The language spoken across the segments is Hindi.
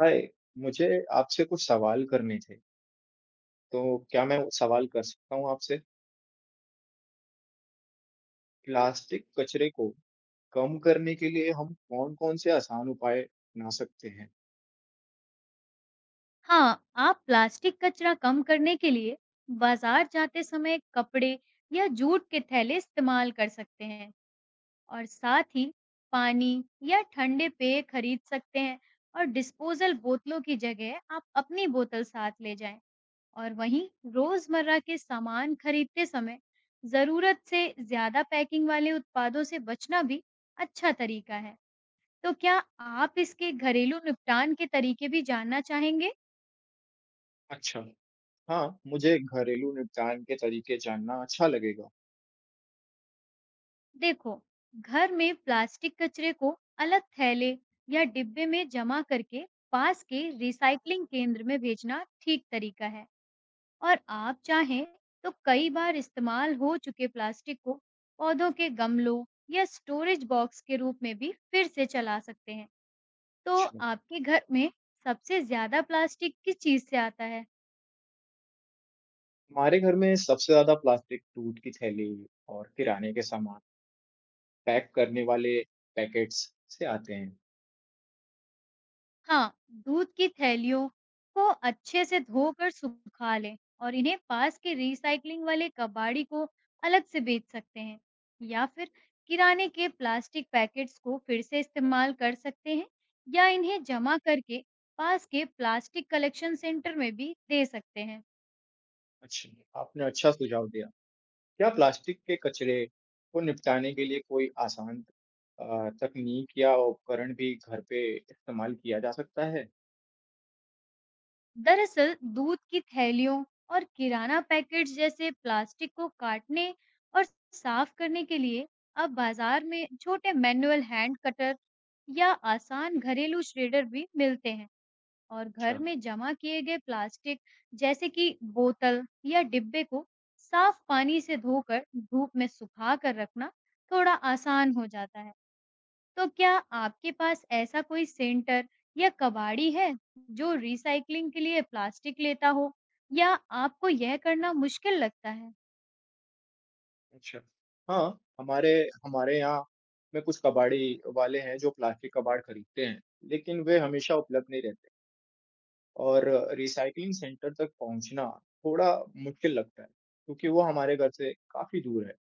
हाय, मुझे आपसे कुछ सवाल करने थे। तो क्या मैं वो सवाल कर सकता हूँ आपसे? प्लास्टिक कचरे को कम करने के लिए हम कौन-कौन से आसान उपाय अपना सकते हैं? हाँ, आप प्लास्टिक कचरा कम करने के लिए बाजार जाते समय कपड़े या जूट के थैले इस्तेमाल कर सकते हैं, और साथ ही पानी या ठंडे पेय खरीद सकते हैं। और डिस्पोजल बोतलों की जगह आप अपनी बोतल साथ ले जाएं। और वहीं रोजमर्रा के सामान खरीदते समय जरूरत से ज्यादा पैकिंग वाले उत्पादों से बचना भी अच्छा तरीका है। तो क्या आप इसके घरेलू निपटान के तरीके भी जानना चाहेंगे? अच्छा। हाँ, मुझे घरेलू निपटान के तरीके जानना अच्छा लगेगा। देखो, घर में प्लास्टिक कचरे को अलग थैले या डिब्बे में जमा करके पास के रिसाइकलिंग केंद्र में भेजना ठीक तरीका है, और आप चाहें तो कई बार इस्तेमाल हो चुके प्लास्टिक को पौधों के गमलों या स्टोरेज बॉक्स के रूप में भी फिर से चला सकते हैं। तो अच्छा, आपके घर में सबसे ज्यादा प्लास्टिक किस चीज से आता है? हमारे घर में सबसे ज्यादा प्लास्टिक दूध की थैली और किराने के सामान पैक करने वाले पैकेट्स से आते हैं। हाँ, दूध की थैलियों को अच्छे से धोकर सुखा लें, और इन्हें पास के रिसाइक्लिंग वाले कबाड़ी को अलग से बेच सकते हैं। या फिर किराने के प्लास्टिक पैकेट्स को फिर से इस्तेमाल कर सकते हैं, या इन्हें जमा करके पास के प्लास्टिक कलेक्शन सेंटर में भी दे सकते हैं। अच्छा, आपने अच्छा सुझाव दिया। क्या प्लास्टिक के कचरे को निपटाने के लिए कोई आसान तकनीक या उपकरण भी घर पे इस्तेमाल किया जा सकता है? दरअसल दूध की थैलियों और किराना पैकेट्स जैसे प्लास्टिक को काटने और साफ करने के लिए अब बाजार में छोटे मैनुअल हैंड कटर या आसान घरेलू श्रेडर भी मिलते हैं। और घर अच्छा। में जमा किए गए प्लास्टिक जैसे कि बोतल या डिब्बे को साफ पानी से धोकर धूप में सुखा कर रखना थोड़ा आसान हो जाता है। तो क्या आपके पास ऐसा कोई सेंटर या कबाड़ी है जो रिसाइकलिंग के लिए प्लास्टिक लेता हो, या आपको यह करना मुश्किल लगता है? अच्छा। हाँ, हमारे हमारे यहाँ में कुछ कबाड़ी वाले हैं जो प्लास्टिक कबाड़ खरीदते हैं, लेकिन वे हमेशा उपलब्ध नहीं रहते और रिसाइकलिंग सेंटर तक पहुँचना थोड़ा मुश्किल लगता है, क्योंकि वो हमारे घर से काफी दूर है।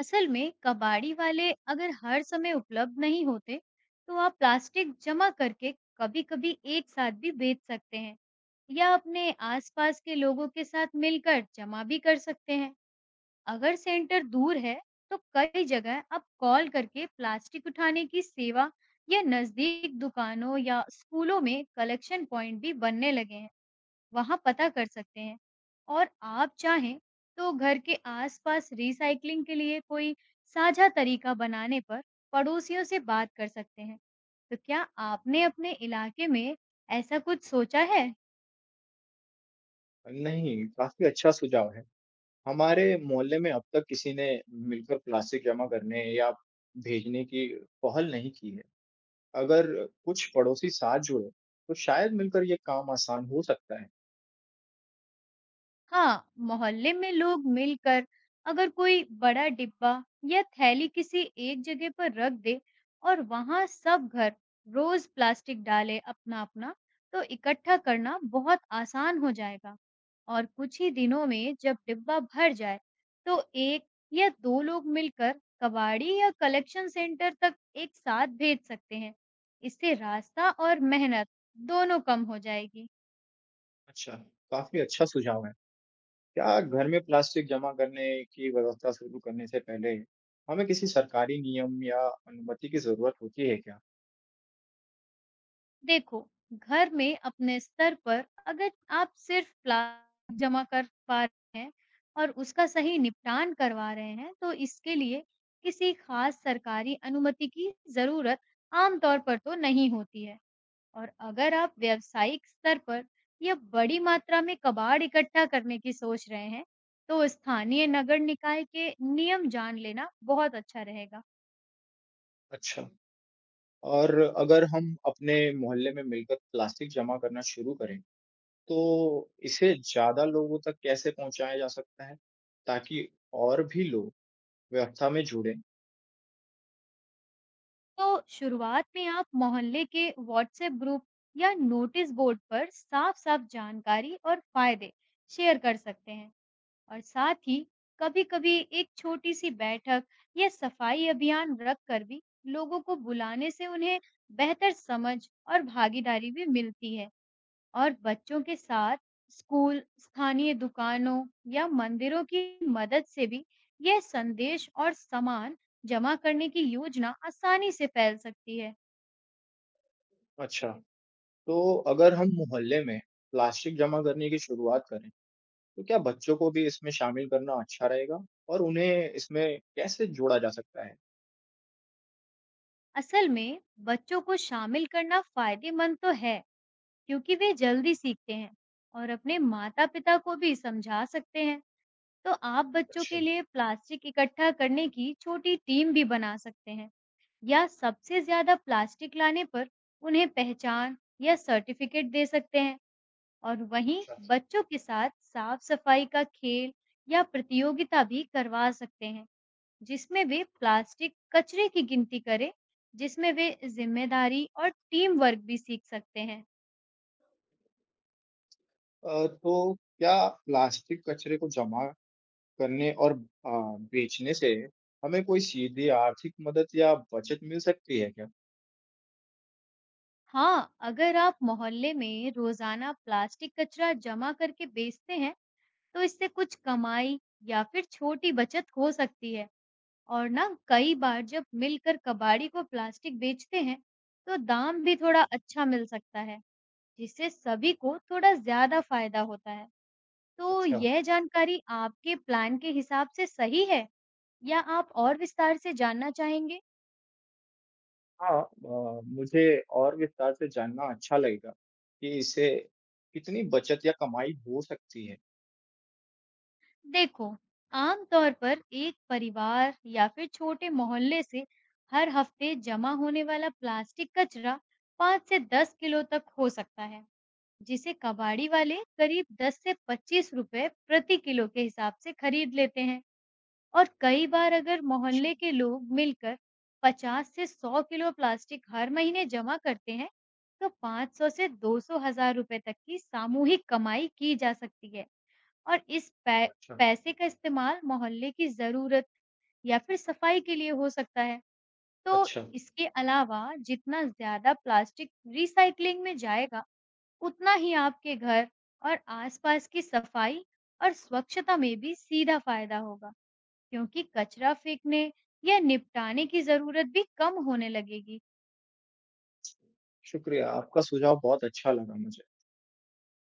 असल में कबाड़ी वाले अगर हर समय उपलब्ध नहीं होते तो आप प्लास्टिक जमा करके कभी-कभी एक साथ भी बेच सकते हैं, या अपने आसपास के लोगों के साथ मिलकर जमा भी कर सकते हैं। अगर सेंटर दूर है तो कई जगह आप कॉल करके प्लास्टिक उठाने की सेवा या नजदीक दुकानों या स्कूलों में कलेक्शन पॉइंट भी बनने लगे हैं, वहाँ पता कर सकते हैं। और आप चाहें तो घर के आसपास रिसाइकलिंग के लिए कोई साझा तरीका बनाने पर पड़ोसियों से बात कर सकते हैं। तो क्या आपने अपने इलाके में ऐसा कुछ सोचा है? नहीं, काफी अच्छा सुझाव है। हमारे मोहल्ले में अब तक किसी ने मिलकर प्लास्टिक जमा करने या भेजने की पहल नहीं की है। अगर कुछ पड़ोसी साथ जुड़े, तो शायद मिलकर ये काम आसान हो सकता है। हाँ, मोहल्ले में लोग मिलकर अगर कोई बड़ा डिब्बा या थैली किसी एक जगह पर रख दे और वहां सब घर रोज प्लास्टिक डाले अपना अपना, तो इकट्ठा करना बहुत आसान हो जाएगा। और कुछ ही दिनों में जब डिब्बा भर जाए, तो एक या दो लोग मिलकर कबाड़ी या कलेक्शन सेंटर तक एक साथ भेज सकते हैं। इससे रास्ता और मेहनत दोनों कम हो जाएगी। अच्छा, काफी अच्छा सुझाव है। क्या घर में प्लास्टिक जमा करने की व्यवस्था शुरू करने से पहले हमें किसी सरकारी नियम या अनुमति की जरूरत होती है क्या? देखो, घर में अपने स्तर पर अगर आप सिर्फ प्लास्टिक जमा कर पा रहे हैं और उसका सही निपटान करवा रहे हैं, तो इसके लिए किसी खास सरकारी अनुमति की ज़रूरत आमतौर पर तो नहीं होती है। और अगर आप व्यावसायिक स्तर पर या बड़ी मात्रा में कबाड़ इकट्ठा करने की सोच रहे हैं, तो स्थानीय नगर निकाय के नियम जान लेना बहुत अच्छा रहेगा। अच्छा, और अगर हम अपने मोहल्ले में मिलकर प्लास्टिक जमा करना शुरू करें, तो इसे ज़्यादा लोगों तक कैसे पहुँचाया जा सकता है, ताकि और भी लोग व्यवस्था में जुड़ें? तो शुरुआत में आप मोहल्ले के व्हाट्सएप ग्रुप या नोटिस बोर्ड पर साफ-साफ जानकारी और फायदे शेयर कर सकते हैं। और साथ ही कभी-कभी एक छोटी सी बैठक या सफाई अभियान रख कर भी लोगों को बुलाने से उन्हें बेहतर समझ और भागीदारी भी मिलती है। और बच्चों के साथ स्कूल, स्थानीय दुकानों या मंदिरों की मदद से भी यह संदेश और सामान जमा करने की योजना आसानी से फैल सकती है। अच्छा, तो अगर हम मोहल्ले में प्लास्टिक जमा करने की शुरुआत करें, तो क्या बच्चों को भी इसमें शामिल करना अच्छा रहेगा और उन्हें इसमें कैसे जोड़ा जा सकता है? असल में बच्चों को शामिल करना फायदेमंद तो है, क्योंकि वे जल्दी सीखते हैं और अपने माता-पिता को भी समझा सकते हैं। तो आप बच्चों अच्छा। के लिए प्लास्टिक इकट्ठा करने की छोटी टीम भी बना सकते हैं। या सबसे ज़्यादा प्लास्टिक लाने पर उन्हें पहचान या सर्टिफिकेट दे सकते हैं। और वहीं अच्छा। बच्चों के साथ साफ-सफाई का खेल या प्रतियोगिता भी करवा सकते हैं, जिसमें वे प्लास्टिक कचरे की गिनती करें, जिसमें वे जिम्मेदारी और टीम वर्क भी सीख सकते हैं। तो क्या प्लास्टिक कचरे को जमा करने और बेचने से हमें कोई सीधी आर्थिक मदद या बचत मिल सकती है क्या? हाँ, अगर आप मोहल्ले में रोज़ाना प्लास्टिक कचरा जमा करके बेचते हैं, तो इससे कुछ कमाई या फिर छोटी बचत हो सकती है। और ना कई बार जब मिलकर कबाड़ी को प्लास्टिक बेचते हैं, तो दाम भी थोड़ा अच्छा मिल सकता है, जिससे सभी को थोड़ा ज्यादा फायदा होता है। तो अच्छा। यह जानकारी आपके प्लान के हिसाब से सही है, या आप और विस्तार से जानना चाहेंगे? हाँ, मुझे और विस्तार से जानना अच्छा लगेगा कि इससे कितनी बचत या कमाई हो सकती है। देखो, आमतौर पर एक परिवार या फिर छोटे मोहल्ले से हर हफ्ते जमा होने वाला प्लास्टिक कचरा 5 से 10 किलो तक हो सकता है। जिसे कबाड़ी वाले करीब 10 से ₹25 प्रति किलो के हिसाब से खरीद लेते हैं। और कई बार अगर मोहल्ले के लोग मिलकर 50 से 100 किलो प्लास्टिक हर महीने जमा करते हैं, तो 500 से 200 हजार रुपए तक की सामूहिक कमाई की जा सकती है। और इस अच्छा। पैसे का इस्तेमाल मोहल्ले की जरूरत या फिर सफाई के लिए हो सकता है। तो अच्छा। इसके अलावा जितना ज्यादा प्लास्टिक रिसाइकलिंग में जाएगा, उतना ही आपके घर और आसपास की सफाई और स्वच्छता में भी सीधा फायदा होगा, क्योंकि कचरा फेंकने या निपटाने की ज़रूरत भी कम होने लगेगी। शुक्रिया, आपका सुझाव बहुत अच्छा लगा मुझे।